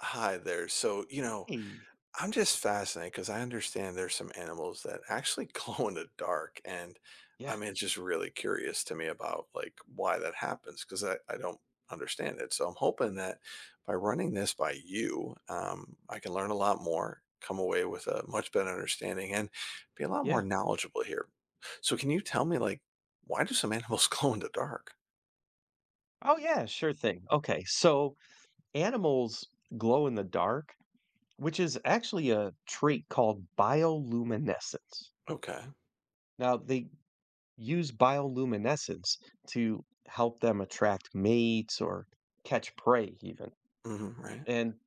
Hi there. Hey, I'm just fascinated because I understand there's some animals that actually glow in the dark. And I yeah, mean, it's just really curious to me about like why that happens because I don't understand it. So I'm hoping that by running this by you, I can learn a lot more, come away with a much better understanding, and be a lot more yeah. knowledgeable here. So, can you tell me, like, why do some animals glow in the dark? Oh, yeah, sure thing. Okay, so animals glow in the dark, which is actually a trait called bioluminescence. Okay. Now, they use bioluminescence to help them attract mates or catch prey, even. Hmm, right. And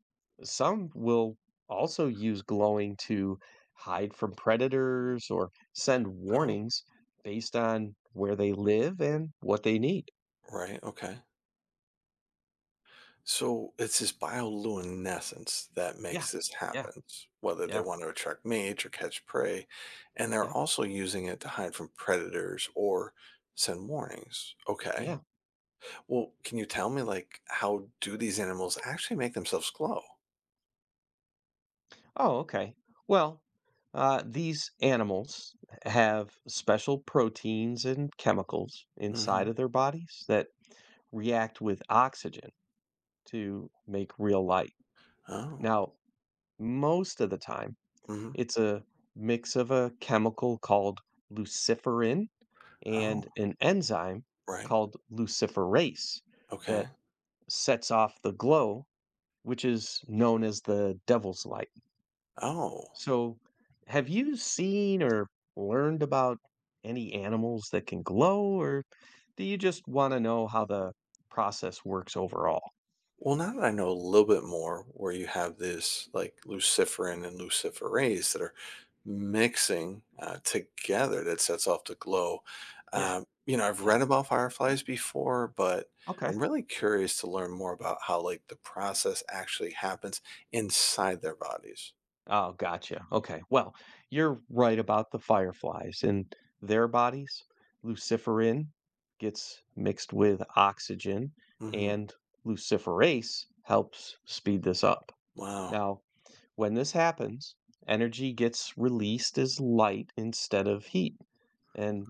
some will also use glowing to hide from predators or send Oh, warnings based on where they live and what they need. right. Okay. So it's this bioluminescence that Yeah, makes this yeah, happen, whether they yeah. want to attract mates or catch prey. And they're Yep. also using it to hide from predators or send warnings. Okay. Yeah. Well, can you tell me, like, how do these animals actually make themselves glow? Oh, okay. Well, these animals have special proteins and chemicals inside Hmm. of their bodies that react with oxygen to make real light. Oh. Now, most of the time, Hmm. it's a mix of a chemical called luciferin Oh, and an enzyme right. called luciferase Okay. that sets off the glow, which is known as the devil's light. Oh. So, have you seen or learned about any animals that can glow, or do you just want to know how the process works overall? Well, now that I know a little bit more, where you have this like luciferin and luciferase that are mixing together that sets off the glow. Yeah, I've yeah. read about fireflies before, but Okay. I'm really curious to learn more about how like the process actually happens inside their bodies. Oh, gotcha. Okay. Well, you're right about the fireflies and their bodies. Luciferin gets mixed with oxygen, Hmm. and luciferase helps speed this up. Wow. Now, when this happens, energy gets released as light instead of heat. And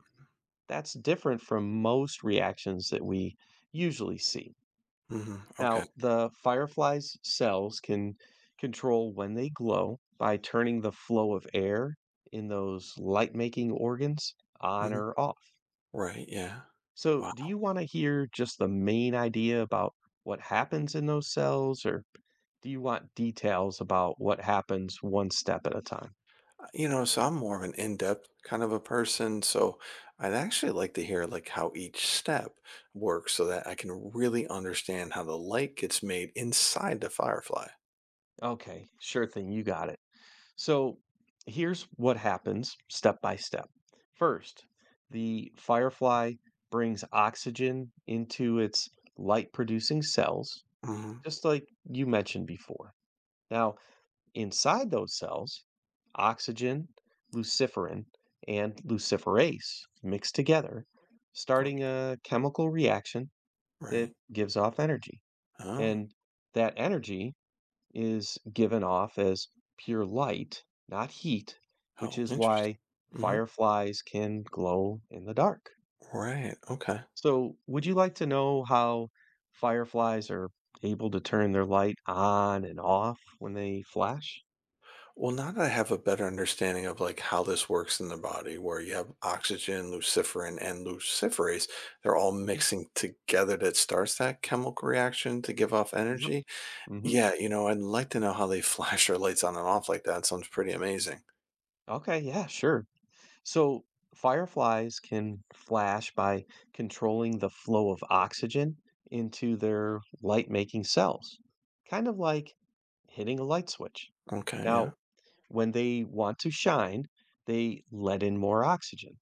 that's different from most reactions that we usually see. Hmm. Okay. Now, the firefly's cells can control when they glow by turning the flow of air in those light making organs on Hmm. or off. Right. Yeah. So, Wow. do you want to hear just the main idea about what happens in those cells, or do you want details about what happens one step at a time? You know, so I'm more of an in-depth kind of a person, so I'd actually like to hear like how each step works so that I can really understand how the light gets made inside the firefly. Okay, sure thing, you got it. So here's what happens step by step. First, the firefly brings oxygen into its light producing cells, Hmm. just like you mentioned before. Now, inside those cells, oxygen, luciferin, and luciferase mix together, starting Okay. a chemical reaction that Right. gives off energy. Oh, And that energy is given off as pure light, not heat, which oh, is interesting. why Hmm. fireflies can glow in the dark. Right. Okay. So, would you like to know how fireflies are able to turn their light on and off when they flash? Well, now that I have a better understanding of like how this works in the body, where you have oxygen, luciferin, and luciferase, they're all Yeah. mixing together that starts that chemical reaction to give off Yep. energy. Hmm. Yeah, I'd like to know how they flash their lights on and off like that, sounds pretty amazing. Okay, yeah, sure. So fireflies can flash by controlling the flow of oxygen into their light-making cells, kind of like hitting a light switch. Okay, yeah. Now, when they want to shine, they let in more oxygen,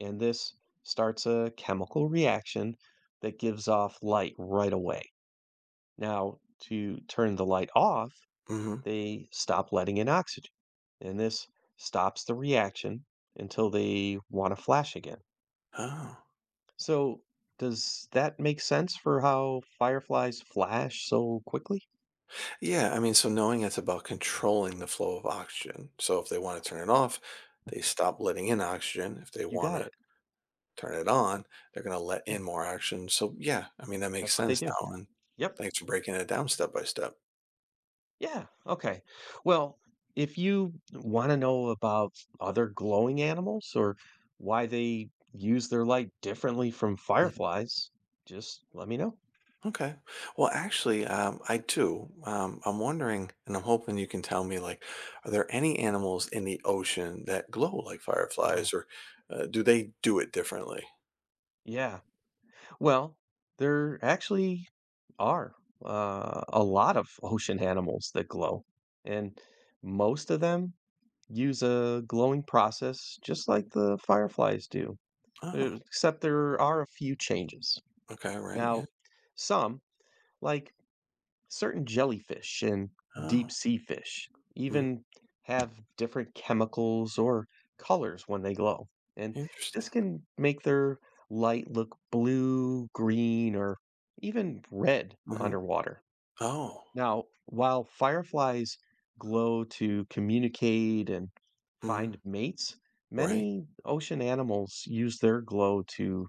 and this starts a chemical reaction that gives off light right away. Now, to turn the light off, Mhm. they stop letting in oxygen, and this stops the reaction until they want to flash again. Oh. So, does that make sense for how fireflies flash so quickly? Yeah, I mean, so knowing it's about controlling the flow of oxygen, so if they wanna turn it off, they stop letting in oxygen, if they You wanna got it. turn it on, they're gonna let Yeah, in more oxygen, so yeah, I mean, that makes that's what they sense do. now, and Yep. thanks for breaking it down step by step. Yeah, okay. Well, if you want to know about other glowing animals or why they use their light differently from Mhm. fireflies, just let me know. Okay. Well, actually, I do. I'm wondering, and I'm hoping you can tell me, like, are there any animals in the ocean that glow like fireflies, Oh, or do they do it differently? yeah. Well, there actually are a lot of ocean animals that glow, and most of them use a glowing process just like the fireflies do, Oh, except there are a few changes. okay, right, yeah. Now, some, like certain jellyfish and Oh, deep sea fish mhm, even have different chemicals or colors when they glow. And this interesting. can make their light look blue, green, or even red Hmm. underwater. Oh, Now, while fireflies glow to communicate and hmm, find mates, right. many ocean animals use their glow to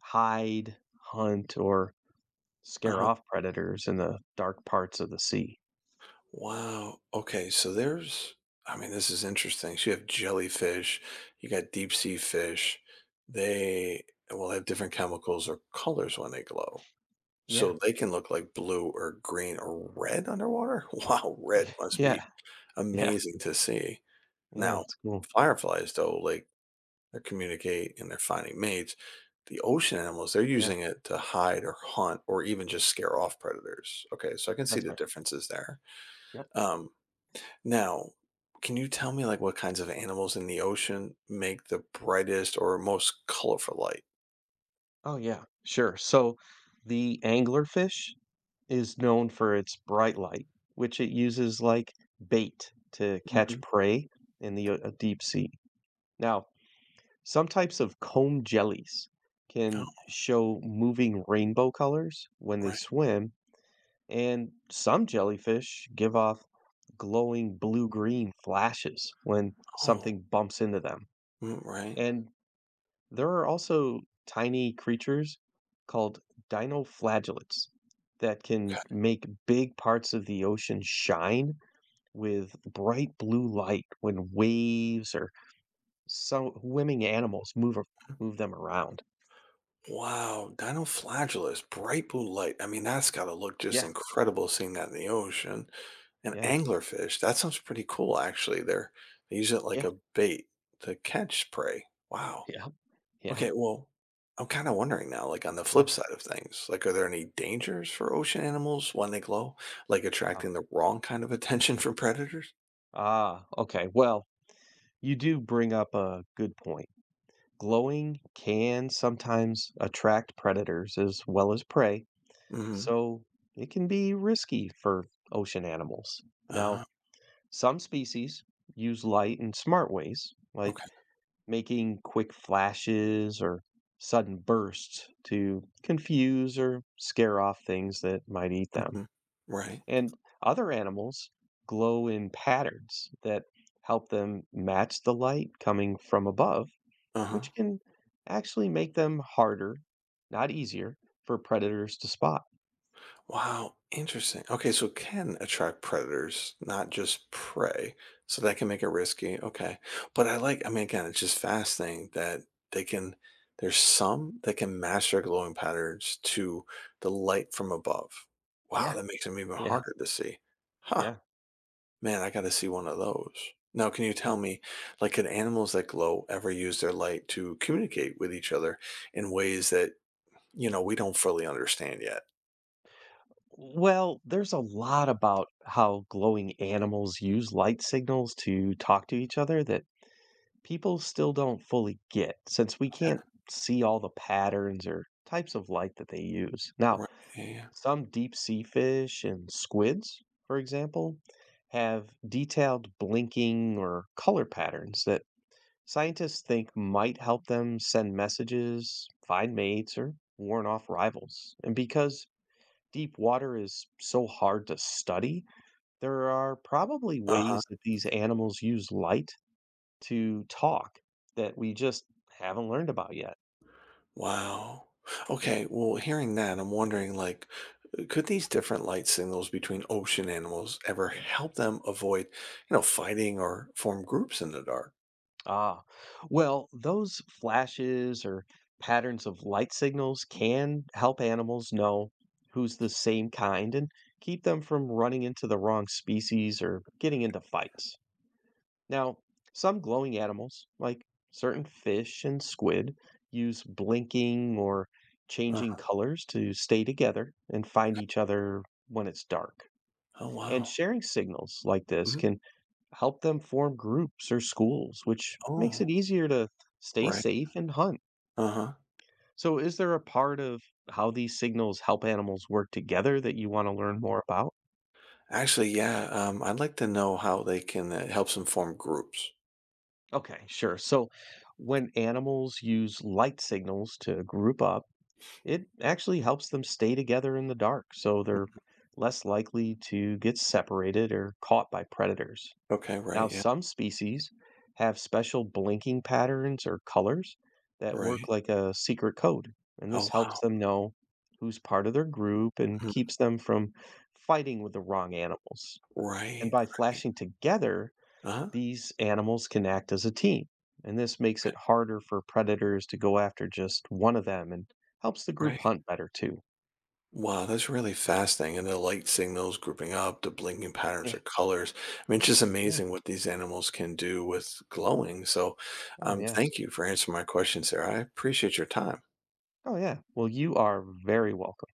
hide, hunt, or scare Uh-huh. off predators in the dark parts of the sea. Wow. Okay, so there's, I mean, this is interesting. So you have jellyfish, you got deep sea fish. They will have different chemicals or colors when they glow. Yeah. So they can look like blue or green or red underwater? Wow, red Y must be yeah, yeah, amazing to see. yeah, Now, it's cool. fireflies, though, like they communicate and they're finding mates. The ocean animals, they're Yeah, using it to hide or hunt or even just scare off predators. Okay, so I can see that's the right. differences there. Yep. Um, now, can you tell me like what kinds of animals in the ocean make the brightest or most colorful light? Oh, yeah, sure. So, the anglerfish is known for its bright light, which it uses like bait to catch Mhm. prey in the, deep sea. Now, some types of comb jellies Oh, can show moving rainbow colors when they right. swim, and some jellyfish give off glowing blue-green flashes when Oh, something bumps into them. mm, right. And there are also tiny creatures called dinoflagellates that can make big parts of the ocean shine with bright blue light when waves or so swimming animals move them around. Wow, dinoflagellus, bright blue light. I mean, that's gotta look just Yeah, incredible seeing that in the ocean. And yeah, anglerfish, that sounds pretty cool actually. They use it like yeah, a bait to catch prey. Wow. yeah, yeah, Okay, well, I'm kind of wondering now, like on the yeah. flip side of things, like are there any dangers for ocean animals when they glow? Like Oh. attracting the wrong kind of attention from predators? Ah, okay. Well, you do bring up a good point. Glowing can sometimes attract predators as well as prey, Mm-hmm. so it can be risky for ocean animals. Uh, Now, some species use light in smart ways, like okay. making quick flashes or sudden bursts to confuse or scare off things that might eat them. Hmm. Right. And other animals glow in patterns that help them match the light coming from above, Uh-huh. which can actually make them harder, not easier, for predators to spot. Wow, interesting. Okay, so can attract predators, not just prey. So that can make it risky. Okay. But I like, I mean, again, it's just fascinating that they can, there's some that can match their glowing patterns to the light from above. Wow, Yeah, that makes them even yeah, harder to see. Huh, yeah. man, I got to see one of those. Now, can you tell Yeah. me, like, can animals that glow ever use their light to communicate with each other in ways that, we don't fully understand yet? Well, there's a lot about how glowing animals use light signals to talk to each other that people still don't fully get, since we Okay, can't see all the patterns or types of light that they use. Now, right. Yeah. Yeah. some deep sea fish and squids, for example, have detailed blinking or color patterns that scientists think might help them send messages, find mates, or warn off rivals. And because deep water is so hard to study, there are probably Uh-huh. ways that these animals use light to talk that we just haven't learned about yet. Wow. Okay, well, hearing that, I'm wondering, like, could these different light signals between ocean animals ever help them avoid, fighting or form groups in the dark? Ah, well, those flashes or patterns of light signals can help animals know who's the same kind and keep them from running into the wrong species or getting into fights. Now, some glowing animals, like certain fish and squid, use blinking or Uh, changing colors to stay together and find each other when it's dark. oh, And wow. sharing signals like this Mhm. can help them form groups or schools, which makes it Oh, easier to stay right. safe and hunt. Uh-huh. So, is there a part of how these signals help animals work together that you want to learn more about? Actually, yeah, I'd like to know how they can helps them form groups. Okay, sure. So, when animals use light signals to group up, it actually helps them stay together in the dark, so they're less likely to get separated or caught by predators. Okay, Now, right, yeah, some species have special blinking patterns or colors that work right. like a secret code, and Oh, this helps wow. them know who's part of their group and Mm, keeps them from fighting with the wrong animals. And right, by right. flashing together, Uh-huh. these animals can act as a team, and this makes Okay, it harder for predators to go after just one of them and helps the right. group hunt better too. Wow, that's really fascinating. And the light signals grouping up, the blinking patterns Yeah, of colors. I mean, it's just yeah. amazing what these animals can do with glowing. So, Oh, yeah. thank you for answering my questions there. I appreciate your time. Oh, yeah. Well, you are very welcome.